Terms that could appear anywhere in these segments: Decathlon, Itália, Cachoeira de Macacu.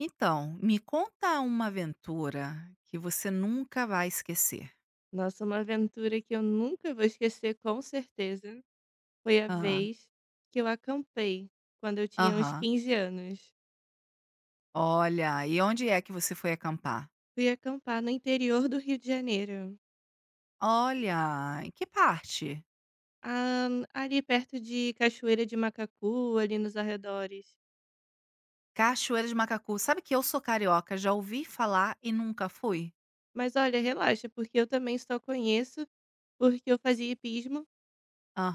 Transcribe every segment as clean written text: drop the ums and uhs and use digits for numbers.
Então, me conta uma aventura que você nunca vai esquecer. Nossa, uma aventura que eu nunca vou esquecer, com certeza, foi a Ah. vez que eu acampei, quando eu tinha uns Aham. 15 anos. Olha, e onde é que você foi acampar? Fui acampar no interior do Rio de Janeiro, Olha, em que parte? ah, ali perto de Cachoeira de Macacu, ali nos arredores. Cachoeira de Macacu. Sabe que eu sou carioca, já ouvi falar e nunca fui? Mas olha, relaxa, porque eu também só conheço porque eu fazia hipismo,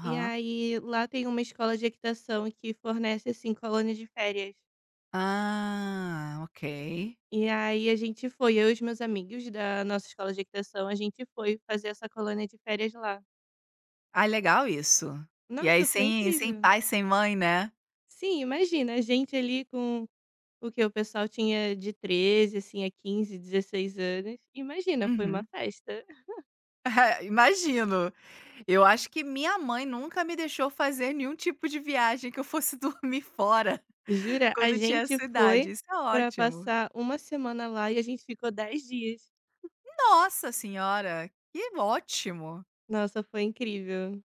e aí lá tem uma escola de equitação que fornece, assim, colônia de férias. Ah, ok. E aí a gente foi, eu e os meus amigos da nossa escola de equitação, a gente foi fazer essa colônia de férias lá. Ah, legal isso. E aí Nossa, foi sem incrível. pai, sem mãe, né? Sim, imagina, a gente ali com o que o pessoal tinha de 13 assim, a 15 16 anos. Imagina, foi uma Uhum. festa. Imagino. Eu acho que minha mãe nunca me deixou fazer nenhum tipo de viagem que eu fosse dormir fora. Jura, a Quando tinha gente essa idade, foi isso é para ótimo. passar uma semana lá e a gente ficou 10 dias. Nossa senhora, que ótimo. Nossa, foi incrível.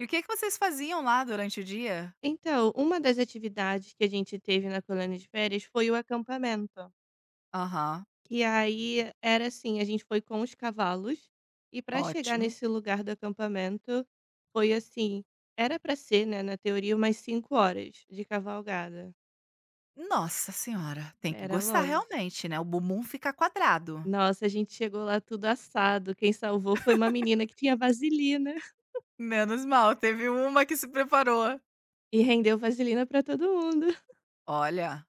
E o que que vocês faziam lá durante o dia? Então, uma das atividades que a gente teve na colônia de férias foi o acampamento. Aham, E aí era assim, a gente foi com os cavalos e para chegar ótimo. nesse lugar do acampamento foi assim, era para ser, né, na teoria, umas 5 horas de cavalgada. Nossa senhora, tem que Era gostar longe. realmente, né, o bumbum fica quadrado. Nossa, a gente chegou lá tudo assado. Quem salvou foi uma menina que tinha vaselina Menos mal, teve uma que se preparou. e rendeu vaselina para todo mundo. Olha,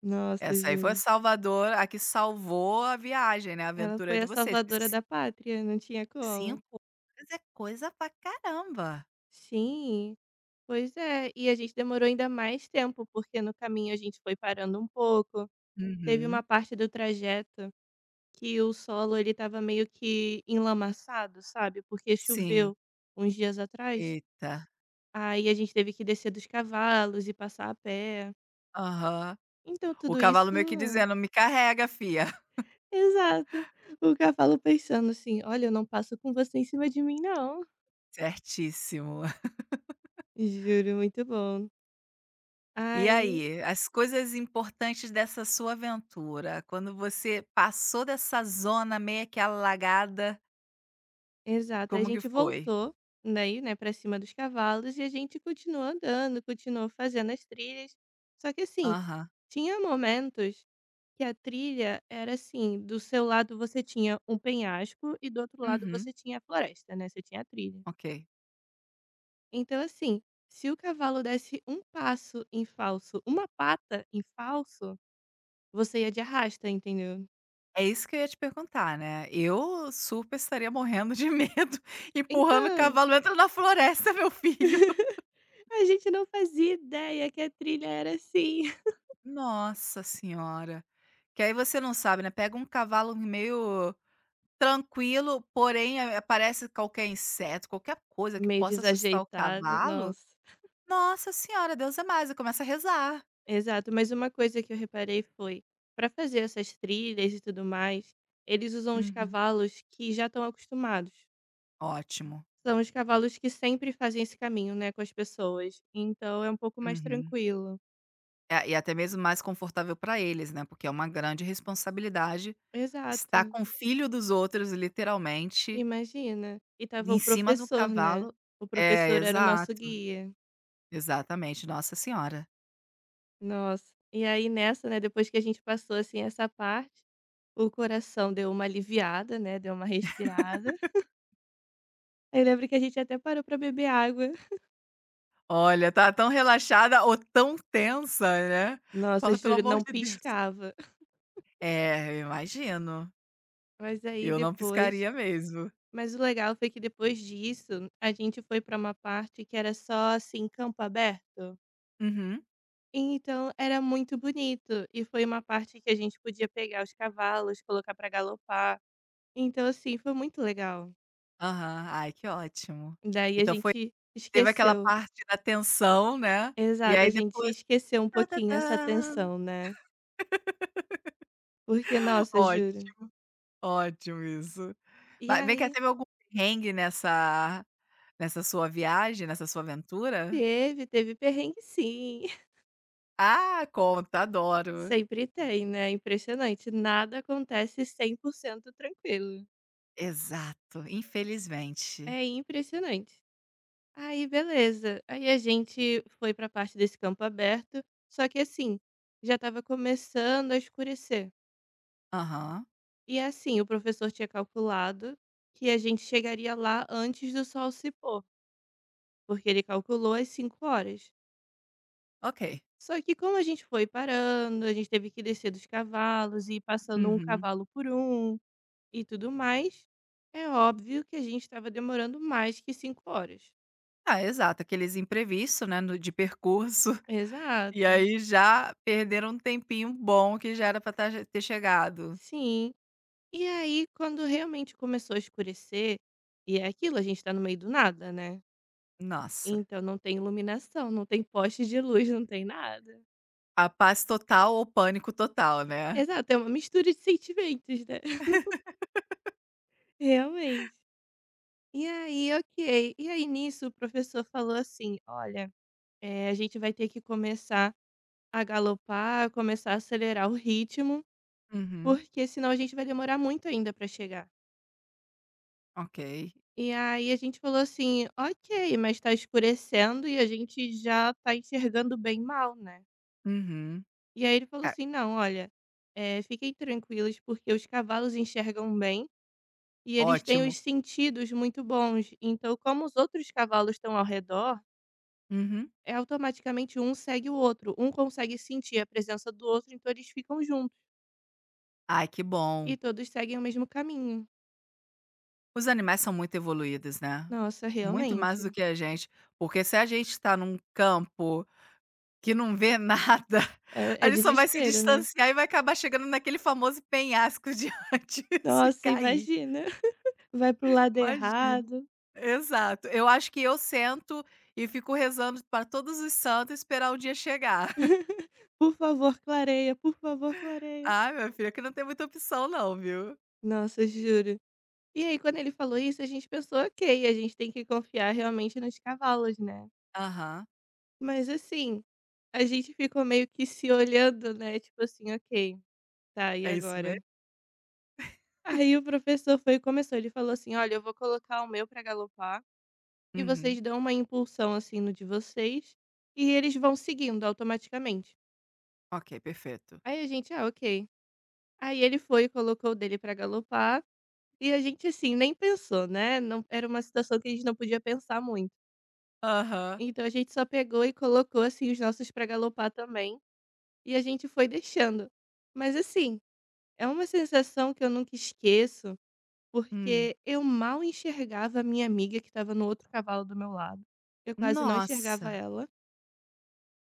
Nossa, essa aí foi juro. salvador a que salvou a viagem, né, a Ela aventura foi de a vocês, que salvadora ci da pátria, não tinha como. 5 horas é coisa pra caramba. Sim, pois é. E a gente demorou ainda mais tempo, porque no caminho a gente foi parando um pouco. Teve Uhum, uma parte do trajeto que o solo ele estava meio que enlamaçado, sabe, porque sim. choveu uns dias atrás, Eita. aí a gente teve que descer dos cavalos e passar a pé. Aham. Então O tudo cavalo meio que isso dizendo: "Me carrega fia". exato. O cavalo pensando assim: "Olha, eu não passo com você em cima de mim não". Certíssimo. Juro, muito bom. E Aí aí, as coisas importantes dessa sua aventura, quando você passou dessa zona meio que alagada, exato, a como que gente foi? voltou daí, né, pra cima dos cavalos e a gente continuou andando, continuou fazendo as trilhas. Só que assim, Aham. tinha momentos que a trilha era assim, do seu lado você tinha um penhasco e do outro lado Uhum. você tinha a floresta, né, você tinha a trilha. Ok. Então assim, se o cavalo desse um passo em falso, uma pata em falso, você ia de arrasta, entendeu. É isso que eu ia te perguntar, né. Eu super estaria morrendo de medo, empurrando o Então, cavalo: "Entra na floresta, meu filho". a gente não fazia ideia que a trilha era assim, Nossa senhora. Que aí você não sabe, né, pega um cavalo meio tranquilo, porém, aparece qualquer inseto, qualquer coisa que meio possa assustar o desajeitada, cavalo, nossa. nossa senhora, Deus é mais, e começa a rezar. Exato, mas uma coisa que eu reparei foi, para fazer essas trilhas e tudo mais, eles usam os Uhum. cavalos que já estão acostumados. Ótimo. São os cavalos que sempre fazem esse caminho, né, com as pessoas, então é um pouco mais Uhum. tranquilo. É, e até mesmo mais confortável para eles, né, porque é uma grande responsabilidade estar Exato, com o filho dos outros, literalmente, imagina. E tava em o cima do professor, né, cavalo. o É, professor era o nosso exato, guia. exatamente, nossa senhora. Nossa, e aí nessa, né, depois que a gente passou, assim, essa parte, o coração deu uma aliviada, né, deu uma respirada. Aí eu lembro que a gente até parou pra beber água. Olha, tá tão relaxada ou tão tensa, né, Nossa, fala: "Pelo juro, amor não de Deus". piscava. É, eu imagino. Mas aí Eu não depois piscaria mesmo. mas o legal foi que depois disso, a gente foi pra uma parte que era só, assim, campo aberto. Uhum. Então era muito bonito e foi uma parte que a gente podia pegar os cavalos, colocar pra galopar. Então, assim, foi muito legal. Aham. Ai, que ótimo. Daí a Então foi, gente teve aquela esqueceu. parte da tensão, né, e Exato, aí a gente depois esqueceu um pouquinho essa tã-tã-tã. tensão, né. Porque, nossa, juro. Ótimo, ótimo isso. E Ma vem cá, aí teve algum perrengue nessa nessa sua aventura? teve perrengue sim. Ah, conta, adoro. Sempre tem, né, impressionante. Nada acontece 100% tranquilo. Exato, infelizmente. É impressionante. Aí beleza, aí a gente foi pra parte desse campo aberto, só que assim, já estava começando a escurecer. Aham. E assim, o professor tinha calculado que a gente chegaria lá antes do sol se pôr, porque ele calculou as 5 horas. Ok. Só que como a gente foi parando, a gente teve que descer dos cavalos e ir passando um Uhum. cavalo por um e tudo mais, é óbvio que a gente estava demorando mais que 5 horas. Ah, exato, aqueles imprevisto, né, no de percurso. E Exato. aí já perderam um tempinho bom que já era pra tá ter chegado. Sim. E aí, quando realmente começou a escurecer, e é aquilo, a gente tá no meio do nada, né. Nossa, Então não tem iluminação, não tem poste de luz, não tem nada. a paz total ou pânico total, né. Exato, é uma mistura de sentimentos, né. Realmente. E aí, ok. E aí nisso o professor falou assim: "Olha, a gente vai ter que começar a galopar, começar a acelerar o ritmo, Uhum, porque senão a gente vai demorar muito ainda pra chegar". ok. E aí a gente falou assim: "Ok, mas tá escurecendo e a gente já tá enxergando bem mal, né". Uhum. E aí ele falou É, assim: "Não, olha, fiquem tranquilos porque os cavalos enxergam bem e eles têm ótimo. os sentidos muito bons, então como os outros cavalos estão ao redor, Uhum. é automaticamente um segue o outro, um consegue sentir a presença do outro, então eles ficam juntos Ai, que bom. e todos seguem o mesmo caminho". Os animais são muito evoluídos, né. Nossa, Muito mais do realmente, que a gente, porque se a gente tá num campo que não vê nada, é a é gente só vai se desespero, né. distanciar e vai acabar chegando naquele famoso penhasco de antes e Nossa, cair, imagina, vai para o lado imagina. errado. Exato. Eu acho que eu sento e fico rezando para todos os santos esperar o dia chegar. Por favor, clareia, por favor, clareia. Ah, minha filha, que não tem muita opção não, viu. Nossa, juro. E aí, quando ele falou isso, a gente pensou, ok, a gente tem que confiar realmente nos cavalos, né? Aham. Mas assim, a gente ficou meio que se olhando, né? Tipo assim, ok, tá, e É isso agora? mesmo? Aí o professor foi e começou. Ele falou assim: olha, eu vou colocar o meu pra galopar e Uhum. vocês dão uma impulsão assim no de vocês e eles vão seguindo automaticamente. Ok, perfeito. Aí a gente, ah, ok. Aí ele foi e colocou o dele pra galopar e a gente, assim, nem pensou, né, não era uma situação que a gente não podia pensar muito. Aham. Então a gente só pegou e colocou, assim, os nossos pra galopar também, e a gente foi deixando. Mas assim, é uma sensação que eu nunca esqueço, Hum. porque eu mal enxergava a minha amiga que estava no outro cavalo do meu lado. Eu quase não enxergava Nossa! ela.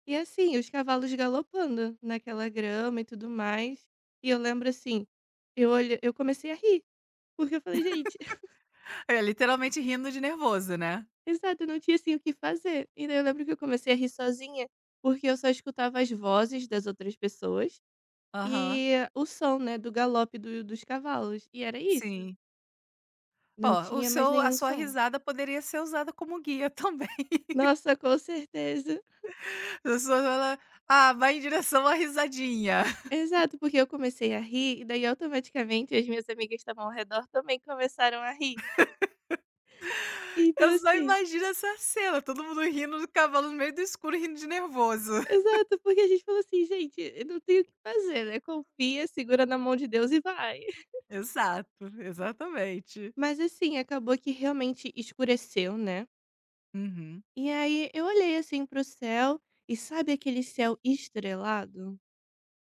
E assim, os cavalos galopando naquela grama e tudo mais. E eu lembro assim, eu comecei a rir, porque eu falei: "Gente, É literalmente rindo de nervoso, né. exato, eu não tinha, assim, o que fazer. E daí eu lembro que eu comecei a rir sozinha, porque eu só escutava as vozes das outras pessoas Aham. e o som, né, do galope do dos cavalos, e era isso. Sim. Não Ó, o tinha mais seu a nenhum sua som. risada poderia ser usada como guia também. Nossa, com certeza. A pessoa fala: "Ah, vai em direção à risadinha". Exato, porque eu comecei a rir e daí automaticamente as minhas amigas que estavam ao redor também começaram a rir. Então Eu só assim imagino essa cena, todo mundo rindo do cavalo no meio do escuro, rindo de nervoso. exato, porque a gente falou assim: "Gente, eu não tenho o que fazer, né, confia, segura na mão de Deus e vai". Exato, exatamente. Mas assim, acabou que realmente escureceu, né. Uhum. E aí eu olhei assim para o céu, e sabe aquele céu estrelado?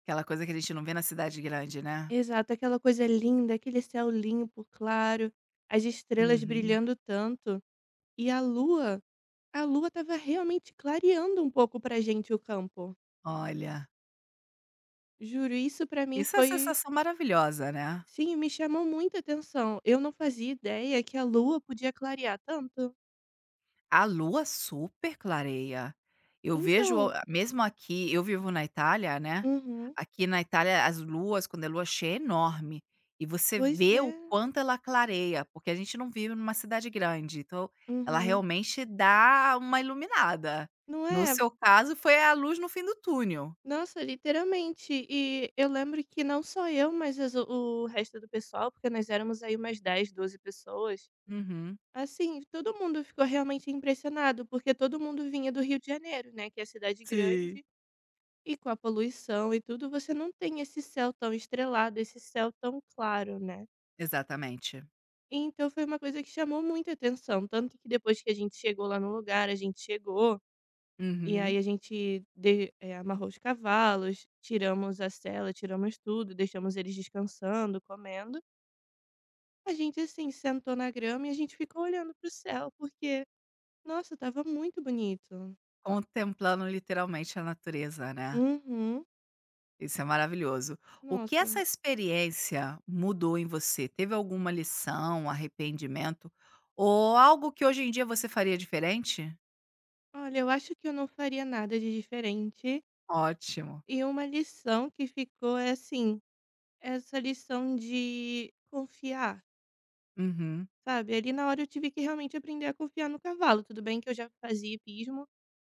Aquela coisa que a gente não vê na cidade grande, né. Exato, aquela coisa linda, aquele céu limpo, claro, as estrelas Uhum. brilhando tanto. E a lua estava realmente clareando um pouco pra gente o campo. Olha, Juro, isso pra mim isso é uma foi. sensação maravilhosa, né. Sim, me chamou muita atenção. Eu não fazia ideia que a lua podia clarear tanto. A lua super clareia. Eu vejo Então, a mesmo aqui eu vivo na Itália, né, uhum, aqui na Itália as luas, quando é lua cheia, é enorme, e você pois vê é, o quanto ela clareia, porque a gente não vive numa cidade grande, então ela uhum. realmente dá uma iluminada. Não No é? seu caso, foi a luz no fim do túnel. Nossa, literalmente. E eu lembro que não só eu, mas as o resto do pessoal, porque nós éramos aí umas 10 a 12 pessoas. Uhum. Assim, todo mundo ficou realmente impressionado, porque todo mundo vinha do Rio de Janeiro, né, que é a cidade Sim. grande, e com a poluição e tudo, você não tem esse céu tão estrelado, esse céu tão claro, né. Exatamente. Então foi uma coisa que chamou muita atenção, tanto que depois que a gente chegou lá no lugar, a gente chegou e aí Uhum. a gente amarrou os cavalos, tiramos a sela, tiramos tudo, deixamos eles descansando, comendo. A gente, assim, sentou na grama e a gente ficou olhando pro céu, porque, nossa, tava muito bonito. Contemplando literalmente a natureza, né. Uhum. Isso é maravilhoso. O que Nossa. essa experiência mudou em você? Teve alguma lição, arrependimento ou algo que hoje em dia você faria diferente? Olha, eu acho que eu não faria nada de diferente. Ótimo. E uma lição que ficou é assim, essa lição de confiar, Uhum. sabe? Ali na hora eu tive que realmente aprender a confiar no cavalo. Tudo bem que eu já fazia hipismo,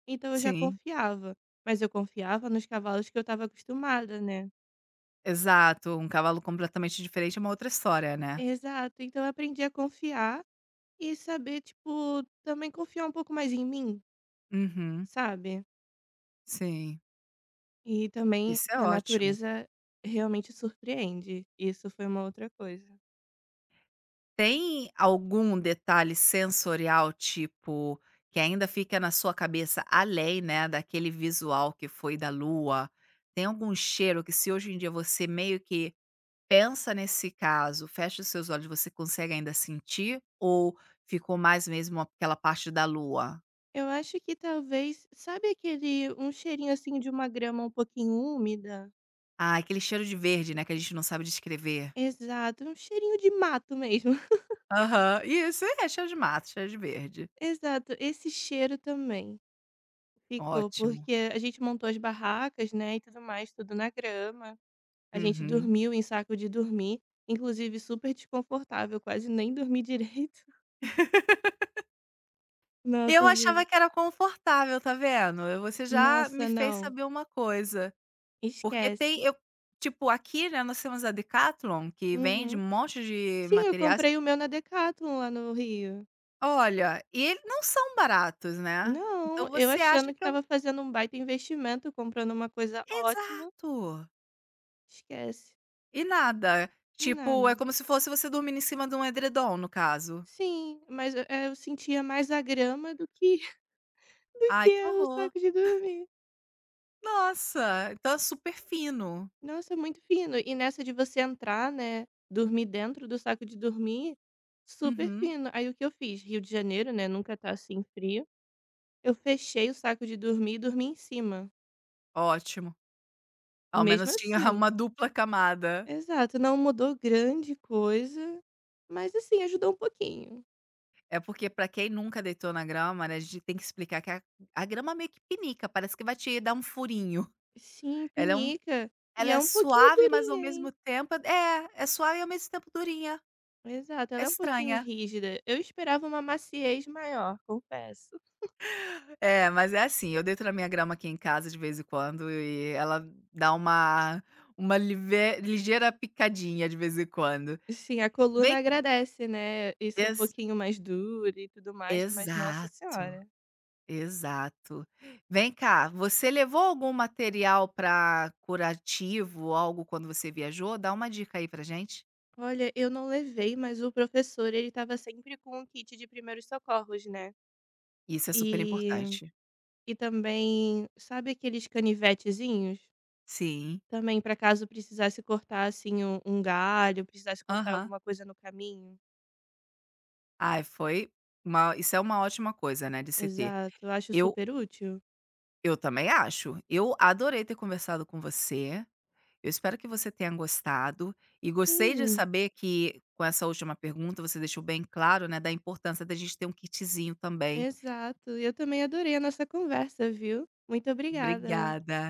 então eu já Sim, confiava, mas eu confiava nos cavalos que eu estava acostumada, né. exato. Um cavalo completamente diferente é uma outra história, né. Exato, então eu aprendi a confiar e saber, tipo, também confiar um pouco mais em mim, Uhum. sabe. Sim, E também isso é que a ótimo. natureza realmente surpreende, isso foi uma outra coisa. Tem algum detalhe sensorial, tipo, que ainda fica na sua cabeça além, né, daquele visual que foi da lua? Tem algum cheiro que se hoje em dia você meio que pensa nesse caso, fecha os seus olhos, você consegue ainda sentir? Ou ficou mais mesmo aquela parte da lua? Eu acho que talvez sabe aquele um cheirinho, assim, de uma grama um pouquinho úmida? Ah, aquele cheiro de verde, né, que a gente não sabe descrever. Exato, um cheirinho de mato mesmo. Aham, isso, é cheiro de mato, cheiro de verde. Exato, esse cheiro também. Ficou, Ótimo. porque a gente montou as barracas, né, e tudo mais, tudo na grama. A gente Uhum. dormiu em saco de dormir, inclusive super desconfortável, quase nem dormi direito. Eu Nossa, achava juro. que era confortável, tá vendo? Eu- Você já me Nossa, fez não. saber uma coisa, porque tem Esquece. eu, tipo, aqui, né, nós temos a Decathlon, que vende um Uhum. monte de Sim, eu materiais. comprei o meu na Decathlon lá no Rio. Olha, e eles não são baratos, né. Então Não, eu você acha achando que que é um estava fazendo um baita investimento, comprando uma coisa ótima. exato. Esquece. E nada, tipo, é Nada. como se fosse você dormindo em cima de um edredom, no caso. Sim, mas eu sentia mais a grama do que, do Ai, que que o horror. saco de dormir. Nossa, então é super fino. Nossa, muito fino. E nessa de você entrar, né, dormir dentro do saco de dormir, super Uhum, fino. Aí o que eu fiz? Rio de Janeiro, né, nunca tá assim frio. Eu fechei o saco de dormir e dormi em cima. ótimo. Ao Mesmo menos tinha assim. uma dupla camada. Exato, não mudou grande coisa, mas assim, ajudou um pouquinho. É porque pra quem nunca deitou na grama, né, a gente tem que explicar que a grama meio que pinica, parece que vai te dar um furinho. Sim, Ela é um pinica. E ela é é um pouquinho suave, mas ao durinha, mesmo hein? tempo é, é suave e ao mesmo tempo durinha. Exato, É ela é um pouquinho estranha. rígida. Eu esperava uma maciez maior, confesso. É, mas é assim, eu deito na minha grama aqui em casa de vez em quando e ela dá uma live ligeira picadinha de vez em quando. Sim, a coluna Vem agradece, né, isso um ex pouquinho mais duro e tudo mais, mas nossa exato. senhora. Exato. Vem cá, você levou algum material para curativo, algo quando você viajou? Dá uma dica aí pra gente. Olha, eu não levei, mas o professor ele estava sempre com um kit de primeiros socorros, né. Isso é super E importante. e também, sabe aqueles canivetezinhos? Sim. Também para caso precisasse cortar, assim, um galho, precisasse cortar Aham. alguma coisa no caminho. Ai, foi uma isso é uma ótima coisa, né, de se ter. Exato, eu acho Eu super útil. eu também acho. Eu adorei ter conversado com você. Eu espero que você tenha gostado e gostei de Sim, saber que, com essa última pergunta, você deixou bem claro, né, da importância da gente ter um kitzinho também. exato. Eu também adorei a nossa conversa, viu. Muito obrigada. Obrigada.